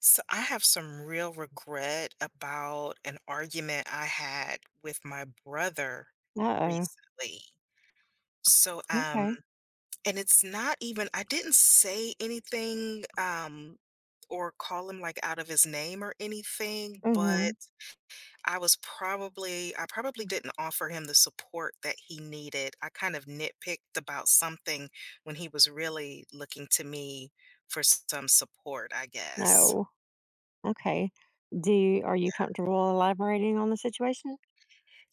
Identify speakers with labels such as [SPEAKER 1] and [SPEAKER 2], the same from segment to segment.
[SPEAKER 1] So I have some real regret about an argument I had with my brother
[SPEAKER 2] Uh-oh.
[SPEAKER 1] recently. So, um,
[SPEAKER 2] Okay.
[SPEAKER 1] and it's not even, I didn't say anything, or call him like out of his name or anything, but
[SPEAKER 2] Mhm.
[SPEAKER 1] I probably didn't offer him the support that he needed. I kind of nitpicked about something when he was really looking to me for some support, I guess.
[SPEAKER 2] No. Okay. Do you, are you comfortable elaborating on the situation?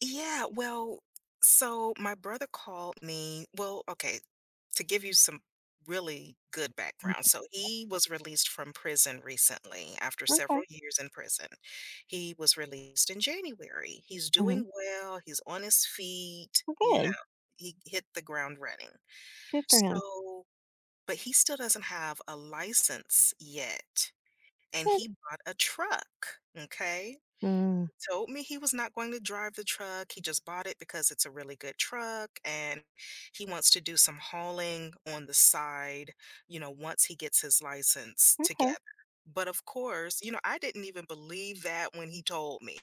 [SPEAKER 1] Yeah, well, so my brother called me. Well, okay, to give you some really good
[SPEAKER 2] Mm.
[SPEAKER 1] background. So he was released from prison recently after
[SPEAKER 2] Okay.
[SPEAKER 1] several years in prison. He was released in January. He's
[SPEAKER 2] Mhm.
[SPEAKER 1] doing well, he's on his feet,
[SPEAKER 2] Well,
[SPEAKER 1] you know,
[SPEAKER 2] good.
[SPEAKER 1] he hit the ground running.
[SPEAKER 2] Good for him.
[SPEAKER 1] So, but he still doesn't have a license yet. And
[SPEAKER 2] But
[SPEAKER 1] he bought a truck, okay?
[SPEAKER 2] mm,
[SPEAKER 1] Told me he was not going to drive the truck. He just bought it because it's a really good truck and he wants to do some hauling on the side, you know, once he gets his license together.
[SPEAKER 2] okay.
[SPEAKER 1] But of course, you know, I didn't even believe that when he told me.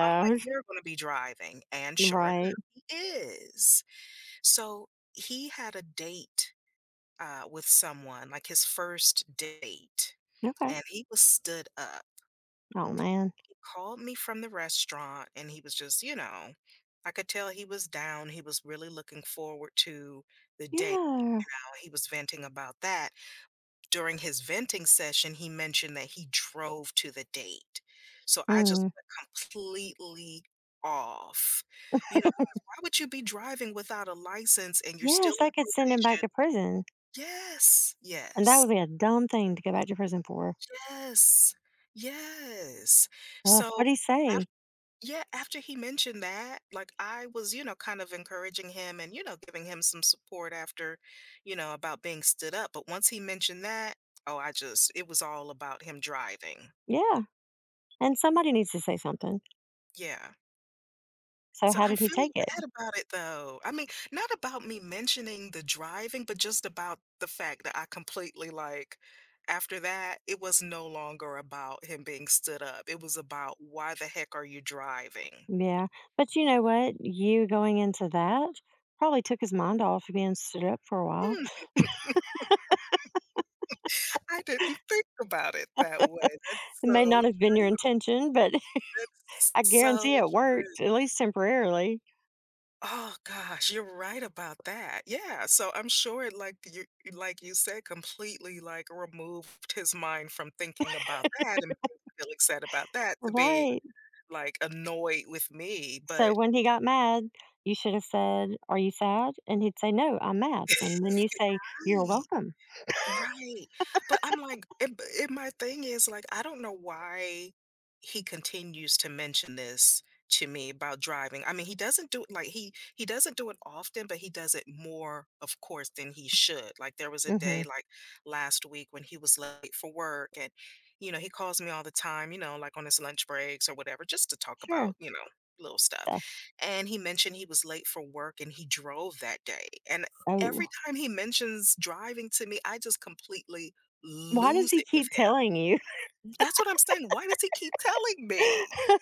[SPEAKER 1] I'm like, you're going to be driving. And sure
[SPEAKER 2] Right.
[SPEAKER 1] enough, he is. So he had a date with someone, like his first date,
[SPEAKER 2] Okay.
[SPEAKER 1] and he was stood up.
[SPEAKER 2] Oh man.
[SPEAKER 1] He called me from the restaurant and he was just, you know, I could tell he was down. He was really looking forward to the day
[SPEAKER 2] Yeah.
[SPEAKER 1] out. He was venting about that. During his venting session, he mentioned that he drove to the date. So I just
[SPEAKER 2] Mm.
[SPEAKER 1] went completely off, you know, because why would you be driving without a license and you're still
[SPEAKER 2] Yes, I
[SPEAKER 1] on
[SPEAKER 2] could send him back
[SPEAKER 1] probation?
[SPEAKER 2] to prison,
[SPEAKER 1] Yes,
[SPEAKER 2] and that would
[SPEAKER 1] yes,
[SPEAKER 2] be a dumb thing to go back to prison for.
[SPEAKER 1] yes, yes.
[SPEAKER 2] Ugh,
[SPEAKER 1] So
[SPEAKER 2] what'd he say?
[SPEAKER 1] yeah, after he mentioned that, like I was, you know, kind of encouraging him and, you know, giving him some support after, you know, about being stood up. But once he mentioned that, oh, I just, it was all about him driving.
[SPEAKER 2] Yeah. And somebody needs to say something.
[SPEAKER 1] Yeah.
[SPEAKER 2] So
[SPEAKER 1] So
[SPEAKER 2] how
[SPEAKER 1] I'm
[SPEAKER 2] did he take
[SPEAKER 1] feeling
[SPEAKER 2] it?
[SPEAKER 1] bad about it though. I mean, not about me mentioning the driving, but just about the fact that I completely like, after that, it was no longer about him being stood up. It was about why the heck are you driving?
[SPEAKER 2] Yeah. But you know what? You going into that probably took his mind off of being stood up for a while.
[SPEAKER 1] I didn't think about it that way. That's
[SPEAKER 2] It
[SPEAKER 1] so
[SPEAKER 2] may
[SPEAKER 1] true.
[SPEAKER 2] not have been your intention, but
[SPEAKER 1] That's
[SPEAKER 2] I
[SPEAKER 1] so
[SPEAKER 2] guarantee it
[SPEAKER 1] true.
[SPEAKER 2] worked, at least temporarily.
[SPEAKER 1] Oh gosh, you're right about that. Yeah, so I'm sure it like you said, completely like removed his mind from thinking about that and being feeling sad about that to being
[SPEAKER 2] Right.
[SPEAKER 1] like annoyed with me,
[SPEAKER 2] So
[SPEAKER 1] but
[SPEAKER 2] when he got mad, you should have said, "Are you sad?" And he'd say, "No, I'm mad." And then you say, "You're
[SPEAKER 1] right.
[SPEAKER 2] welcome."
[SPEAKER 1] Right, but I'm like, and b my thing is, like, I don't know why he continues to mention this to me about driving. I mean, he doesn't do it like, he doesn't do it often, but he does it more, of course, than he should. Like, there was a
[SPEAKER 2] Mm-hmm.
[SPEAKER 1] day, like, last week when he was late for work, and, you know, he calls me all the time, you know, like, on his lunch breaks or whatever, just to talk
[SPEAKER 2] Sure.
[SPEAKER 1] about, you know, little stuff,
[SPEAKER 2] So,
[SPEAKER 1] and he mentioned he was late for work and he drove that day, and every
[SPEAKER 2] oh,
[SPEAKER 1] time he mentions driving to me, I just completely
[SPEAKER 2] why does
[SPEAKER 1] lose
[SPEAKER 2] he
[SPEAKER 1] it with
[SPEAKER 2] keep
[SPEAKER 1] him.
[SPEAKER 2] telling you?
[SPEAKER 1] That's what I'm saying, why does he keep telling me?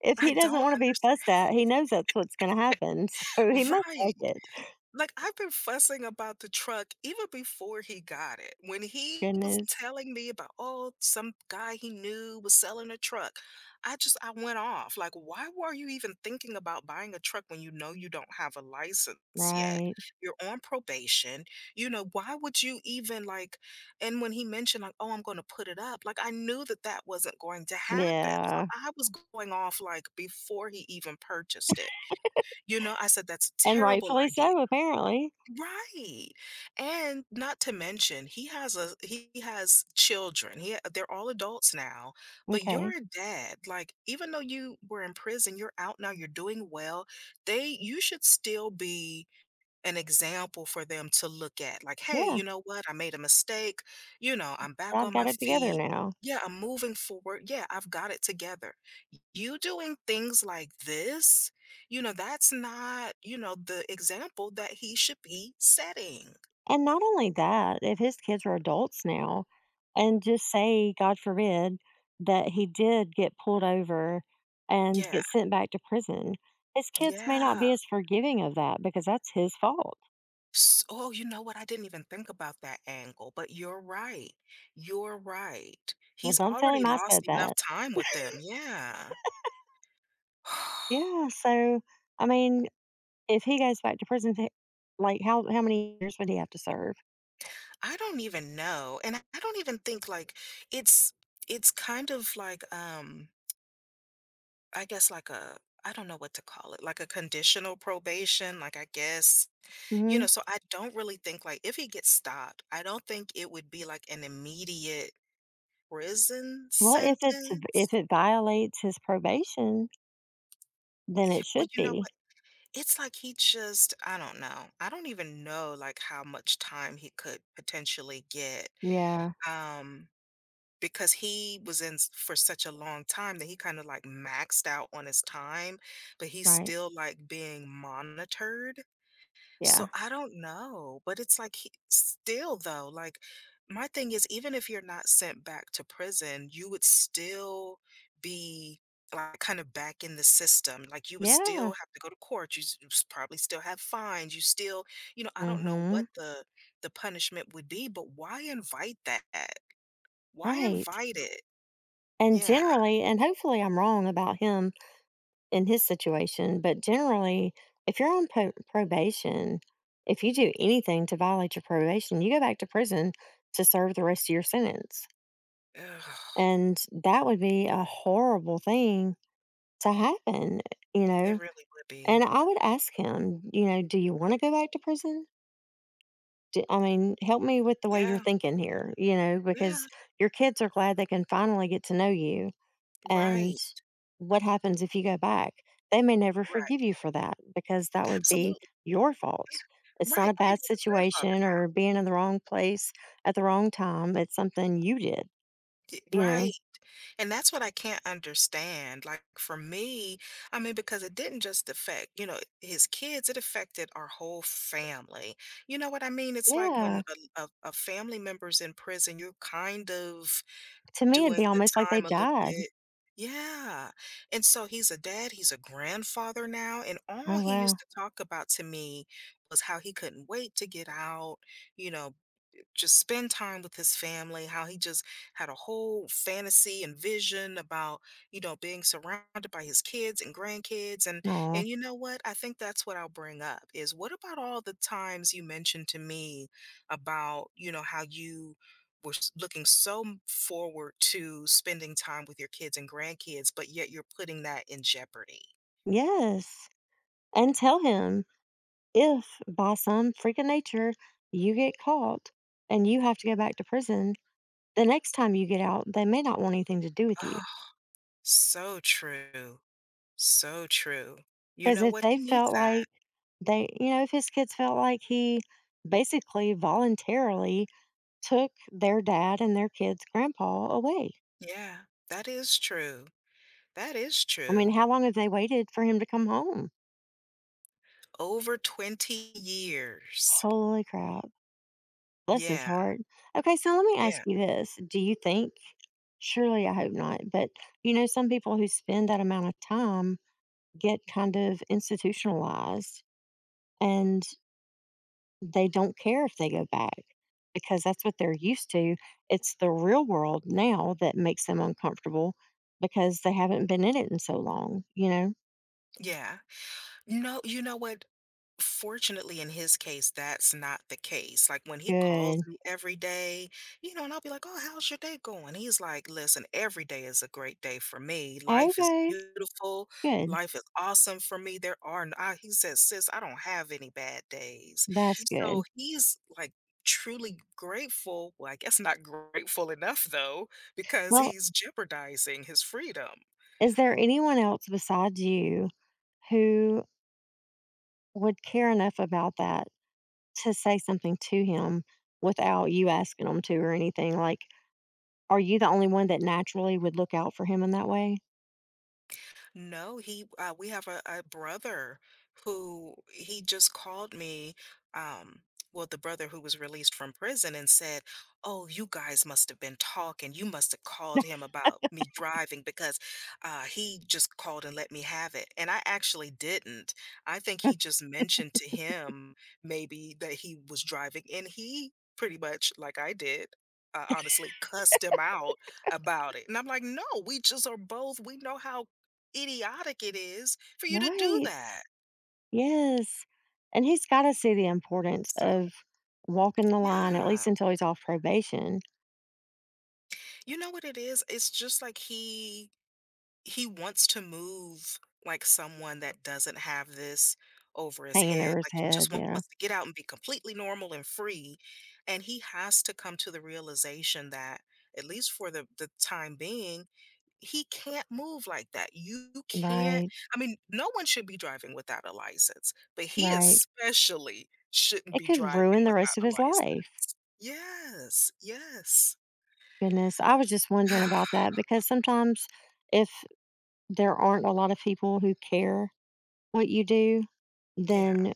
[SPEAKER 2] If
[SPEAKER 1] I
[SPEAKER 2] he doesn't
[SPEAKER 1] don't
[SPEAKER 2] want to be
[SPEAKER 1] understand.
[SPEAKER 2] fussed at, he knows that's what's going to happen. So he must
[SPEAKER 1] Right.
[SPEAKER 2] like it.
[SPEAKER 1] Like, I've been fussing about the truck even before he got it. When he was
[SPEAKER 2] Goodness.
[SPEAKER 1] telling me about, oh, some guy he knew was selling a truck, I just I went off. Like, why were you even thinking about buying a truck when you know you don't have a license yet?
[SPEAKER 2] Right.
[SPEAKER 1] You're on probation. You know, why would you even like and when he mentioned like, "Oh, I'm going to put it up." Like, I knew that that wasn't going to happen. So
[SPEAKER 2] Yeah,
[SPEAKER 1] I was going off like before he even purchased it. You know, I said that's a
[SPEAKER 2] and
[SPEAKER 1] terrible
[SPEAKER 2] rightfully
[SPEAKER 1] idea.
[SPEAKER 2] so, apparently.
[SPEAKER 1] Right. And not to mention, he has children. He they're all adults now, but
[SPEAKER 2] Okay.
[SPEAKER 1] you're a dad. Like even though you were in prison, you're out now, you're doing well. They you should still be an example for them to look at, like, "Hey,
[SPEAKER 2] Yeah,
[SPEAKER 1] you know what? I made a mistake. You know, I'm back
[SPEAKER 2] I've
[SPEAKER 1] on my
[SPEAKER 2] got it together
[SPEAKER 1] feet.
[SPEAKER 2] now.
[SPEAKER 1] Yeah, I'm moving forward. Yeah, I've got it together." You doing things like this, you know, that's not, you know, the example that he should be setting.
[SPEAKER 2] And not only that, if his kids are adults now and just say, God forbid, that he did get pulled over and
[SPEAKER 1] Yeah,
[SPEAKER 2] get sent back to prison, his kids may not
[SPEAKER 1] yeah.
[SPEAKER 2] be as forgiving of that because that's his fault.
[SPEAKER 1] S- Oh, you know what? I didn't even think about that angle, but you're right. You're right.
[SPEAKER 2] Well,
[SPEAKER 1] He's
[SPEAKER 2] don't tell
[SPEAKER 1] already
[SPEAKER 2] him I
[SPEAKER 1] lost
[SPEAKER 2] said
[SPEAKER 1] enough
[SPEAKER 2] that.
[SPEAKER 1] time with them. Yeah.
[SPEAKER 2] Yeah, so, I mean, if he goes back to prison, like, how many years would he have to serve?
[SPEAKER 1] I don't even know, and I don't even think, like, it's kind of like, I guess, like a I don't know what to call it, like a conditional probation, like, I guess, you know,
[SPEAKER 2] Mhm.
[SPEAKER 1] so I don't really think, like, if he gets stopped, I don't think it would be, like, an immediate prison
[SPEAKER 2] Well, if it's
[SPEAKER 1] sentence.
[SPEAKER 2] if it violates his probation, then
[SPEAKER 1] Yeah,
[SPEAKER 2] it
[SPEAKER 1] well,
[SPEAKER 2] should
[SPEAKER 1] you know
[SPEAKER 2] be.
[SPEAKER 1] what? It's like he just I don't know. I don't even know, like, how much time he could potentially get,
[SPEAKER 2] Yeah,
[SPEAKER 1] um because he was in s- for such a long time that he kind of like maxed out on his time, but he's
[SPEAKER 2] right.
[SPEAKER 1] still like being monitored. So
[SPEAKER 2] Yeah.
[SPEAKER 1] I don't know, but it's like he, still though, like my thing is even if you're not sent back to prison, you would still be like kind of back in the system. Like you would still
[SPEAKER 2] Yeah.
[SPEAKER 1] have to go to court. You s- probably still have fines. You still, you know, I don't know
[SPEAKER 2] Mhm.
[SPEAKER 1] what the punishment would be, but why invite that? Why
[SPEAKER 2] Right.
[SPEAKER 1] invite it?
[SPEAKER 2] And
[SPEAKER 1] Yeah,
[SPEAKER 2] generally and hopefully I'm wrong about him in his situation, but generally, if you're on po probation, if you do anything to violate your probation, you go back to prison to serve the rest of your sentence,
[SPEAKER 1] ugh,
[SPEAKER 2] and that would be a horrible thing to happen, you know?
[SPEAKER 1] it really would be.
[SPEAKER 2] And I would ask him, you know, "Do you wanna go back to prison?" I mean, help me with the way you're
[SPEAKER 1] Yeah,
[SPEAKER 2] thinking here, you know,
[SPEAKER 1] yeah,
[SPEAKER 2] because your kids are glad they can finally get to know you. And
[SPEAKER 1] right,
[SPEAKER 2] what happens if you go back? They may never forgive
[SPEAKER 1] right,
[SPEAKER 2] you for that because that would be
[SPEAKER 1] absolutely,
[SPEAKER 2] your fault. It's not
[SPEAKER 1] right,
[SPEAKER 2] a
[SPEAKER 1] and
[SPEAKER 2] bad
[SPEAKER 1] he's a grandfather.
[SPEAKER 2] situation or being in the wrong place at the wrong time. It's something you did,
[SPEAKER 1] Y
[SPEAKER 2] you know?
[SPEAKER 1] right, and that's what I can't understand, like, for me, I mean, because it didn't just affect, you know, his kids, it affected our whole family, you know what I mean? It's like when
[SPEAKER 2] Yeah.
[SPEAKER 1] a family member's in prison, you're kind of
[SPEAKER 2] To me, it'd be
[SPEAKER 1] doing the
[SPEAKER 2] almost like they
[SPEAKER 1] time a little
[SPEAKER 2] died.
[SPEAKER 1] bit. Yeah, and so he's a dad, he's a grandfather now, and all
[SPEAKER 2] Oh,
[SPEAKER 1] he
[SPEAKER 2] wow.
[SPEAKER 1] used to talk about to me was how he couldn't wait to get out, you know, just spend time with his family how he just had a whole fantasy and vision about you know being surrounded by his kids and grandkids
[SPEAKER 2] No.
[SPEAKER 1] and you know what I think that's what I'll bring up is what about all the times you mentioned to me about you know how you were s- looking so m- forward to spending time with your kids and grandkids but yet you're putting that in jeopardy.
[SPEAKER 2] Yes. And tell him, if by some freak of nature you get caught and you have to go back to prison, the next time you get out, they may not want anything to do with you.
[SPEAKER 1] Oh, so true. So true. You
[SPEAKER 2] Because
[SPEAKER 1] know
[SPEAKER 2] if
[SPEAKER 1] what,
[SPEAKER 2] they
[SPEAKER 1] he needs
[SPEAKER 2] felt
[SPEAKER 1] that.
[SPEAKER 2] like they, you know, if his kids felt like he basically voluntarily took their dad and their kids' grandpa away.
[SPEAKER 1] Yeah, that is true. That is
[SPEAKER 2] I mean,
[SPEAKER 1] true.
[SPEAKER 2] how long have they waited for him to come home?
[SPEAKER 1] Over 20 years.
[SPEAKER 2] Holy crap. Bless his
[SPEAKER 1] Yeah,
[SPEAKER 2] heart. Okay, so let me ask
[SPEAKER 1] yeah,
[SPEAKER 2] you this. Do you think, surely I hope not, but you know, some people who spend that amount of time get kind of institutionalized and they don't care if they go back because that's what they're used to. It's the real world now that makes them uncomfortable because they haven't been in it in so long, you know?
[SPEAKER 1] yeah. No, you know what? Fortunately, in his case, that's not the case, like, when he calls
[SPEAKER 2] Good.
[SPEAKER 1] me every day, you know, and I'll be like, "Oh, how's your day going?" He's like, "Listen, every day is a great day for me. Life is
[SPEAKER 2] Okay.
[SPEAKER 1] beautiful.
[SPEAKER 2] Good.
[SPEAKER 1] Life is awesome for me. There are n" I, he says, "Sis, I don't have any bad days."
[SPEAKER 2] That's good.
[SPEAKER 1] So, he's, like, truly grateful well, I guess not grateful enough, though, because
[SPEAKER 2] Well,
[SPEAKER 1] he's jeopardizing his freedom.
[SPEAKER 2] is there anyone else besides you who would care enough about that to say something to him without you asking them to or anything? Like, are you the only one that naturally would look out for him in that way?
[SPEAKER 1] No, he we have a brother who he just called me, um, well, the brother who was released from prison and said, "Oh, you guys must have been talking. You must have called him about me driving because he just called and let me have it." And I actually didn't. I think he just mentioned to him maybe that he was driving, and he pretty much like I did. Honestly, cussed him out about it. And I'm like, no, we just are both, we know how idiotic it is for you to do
[SPEAKER 2] Right,
[SPEAKER 1] that.
[SPEAKER 2] yes, and he's gotta see the importance
[SPEAKER 1] So,
[SPEAKER 2] of walking the line, at
[SPEAKER 1] yeah.
[SPEAKER 2] least until he's off probation,
[SPEAKER 1] You know what it is? It's just like he wants to move like someone that doesn't have this over his
[SPEAKER 2] hanging over
[SPEAKER 1] head.
[SPEAKER 2] his
[SPEAKER 1] Like he
[SPEAKER 2] head,
[SPEAKER 1] just wants
[SPEAKER 2] yeah.
[SPEAKER 1] to get out and be completely normal and free. And he has to come to the realization that, at least for the time being, he can't move like that. You can't,
[SPEAKER 2] Right,
[SPEAKER 1] I mean, no one should be driving without a license, but he
[SPEAKER 2] right.
[SPEAKER 1] especially shouldn't
[SPEAKER 2] It
[SPEAKER 1] be
[SPEAKER 2] could
[SPEAKER 1] driving
[SPEAKER 2] ruin the
[SPEAKER 1] without
[SPEAKER 2] rest of
[SPEAKER 1] a
[SPEAKER 2] his
[SPEAKER 1] license.
[SPEAKER 2] life.
[SPEAKER 1] Yes, yes.
[SPEAKER 2] Goodness, I was just wondering about that because sometimes if there aren't a lot of people who care what you do,
[SPEAKER 1] Yeah,
[SPEAKER 2] then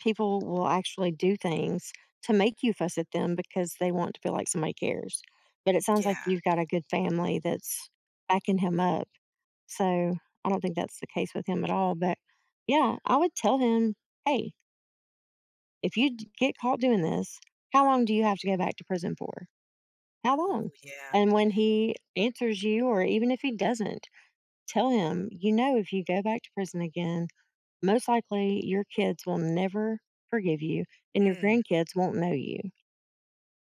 [SPEAKER 2] people will actually do things to make you fuss at them because they want to feel like somebody cares. But it sounds like
[SPEAKER 1] yeah.
[SPEAKER 2] you've got a good family that's backing him up. So I don't think that's the case with him at all. But yeah, I would tell him, hey, if you get caught doing this, how long do you have to go back to prison for? How long?
[SPEAKER 1] Ooh, yeah.
[SPEAKER 2] And when he answers you, or even if he doesn't, tell him, you know, if you go back to prison again, most likely, your kids will never forgive you, and your
[SPEAKER 1] Mm.
[SPEAKER 2] grandkids won't know you.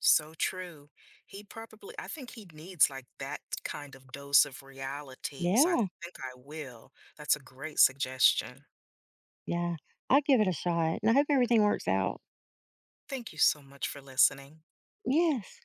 [SPEAKER 1] So true. He probably I think he needs like that kind of dose of reality. So I
[SPEAKER 2] Yeah,
[SPEAKER 1] think I will. That's a great suggestion.
[SPEAKER 2] yeah. I give it a shot, and I hope everything works out.
[SPEAKER 1] Thank you so much for listening.
[SPEAKER 2] Yes.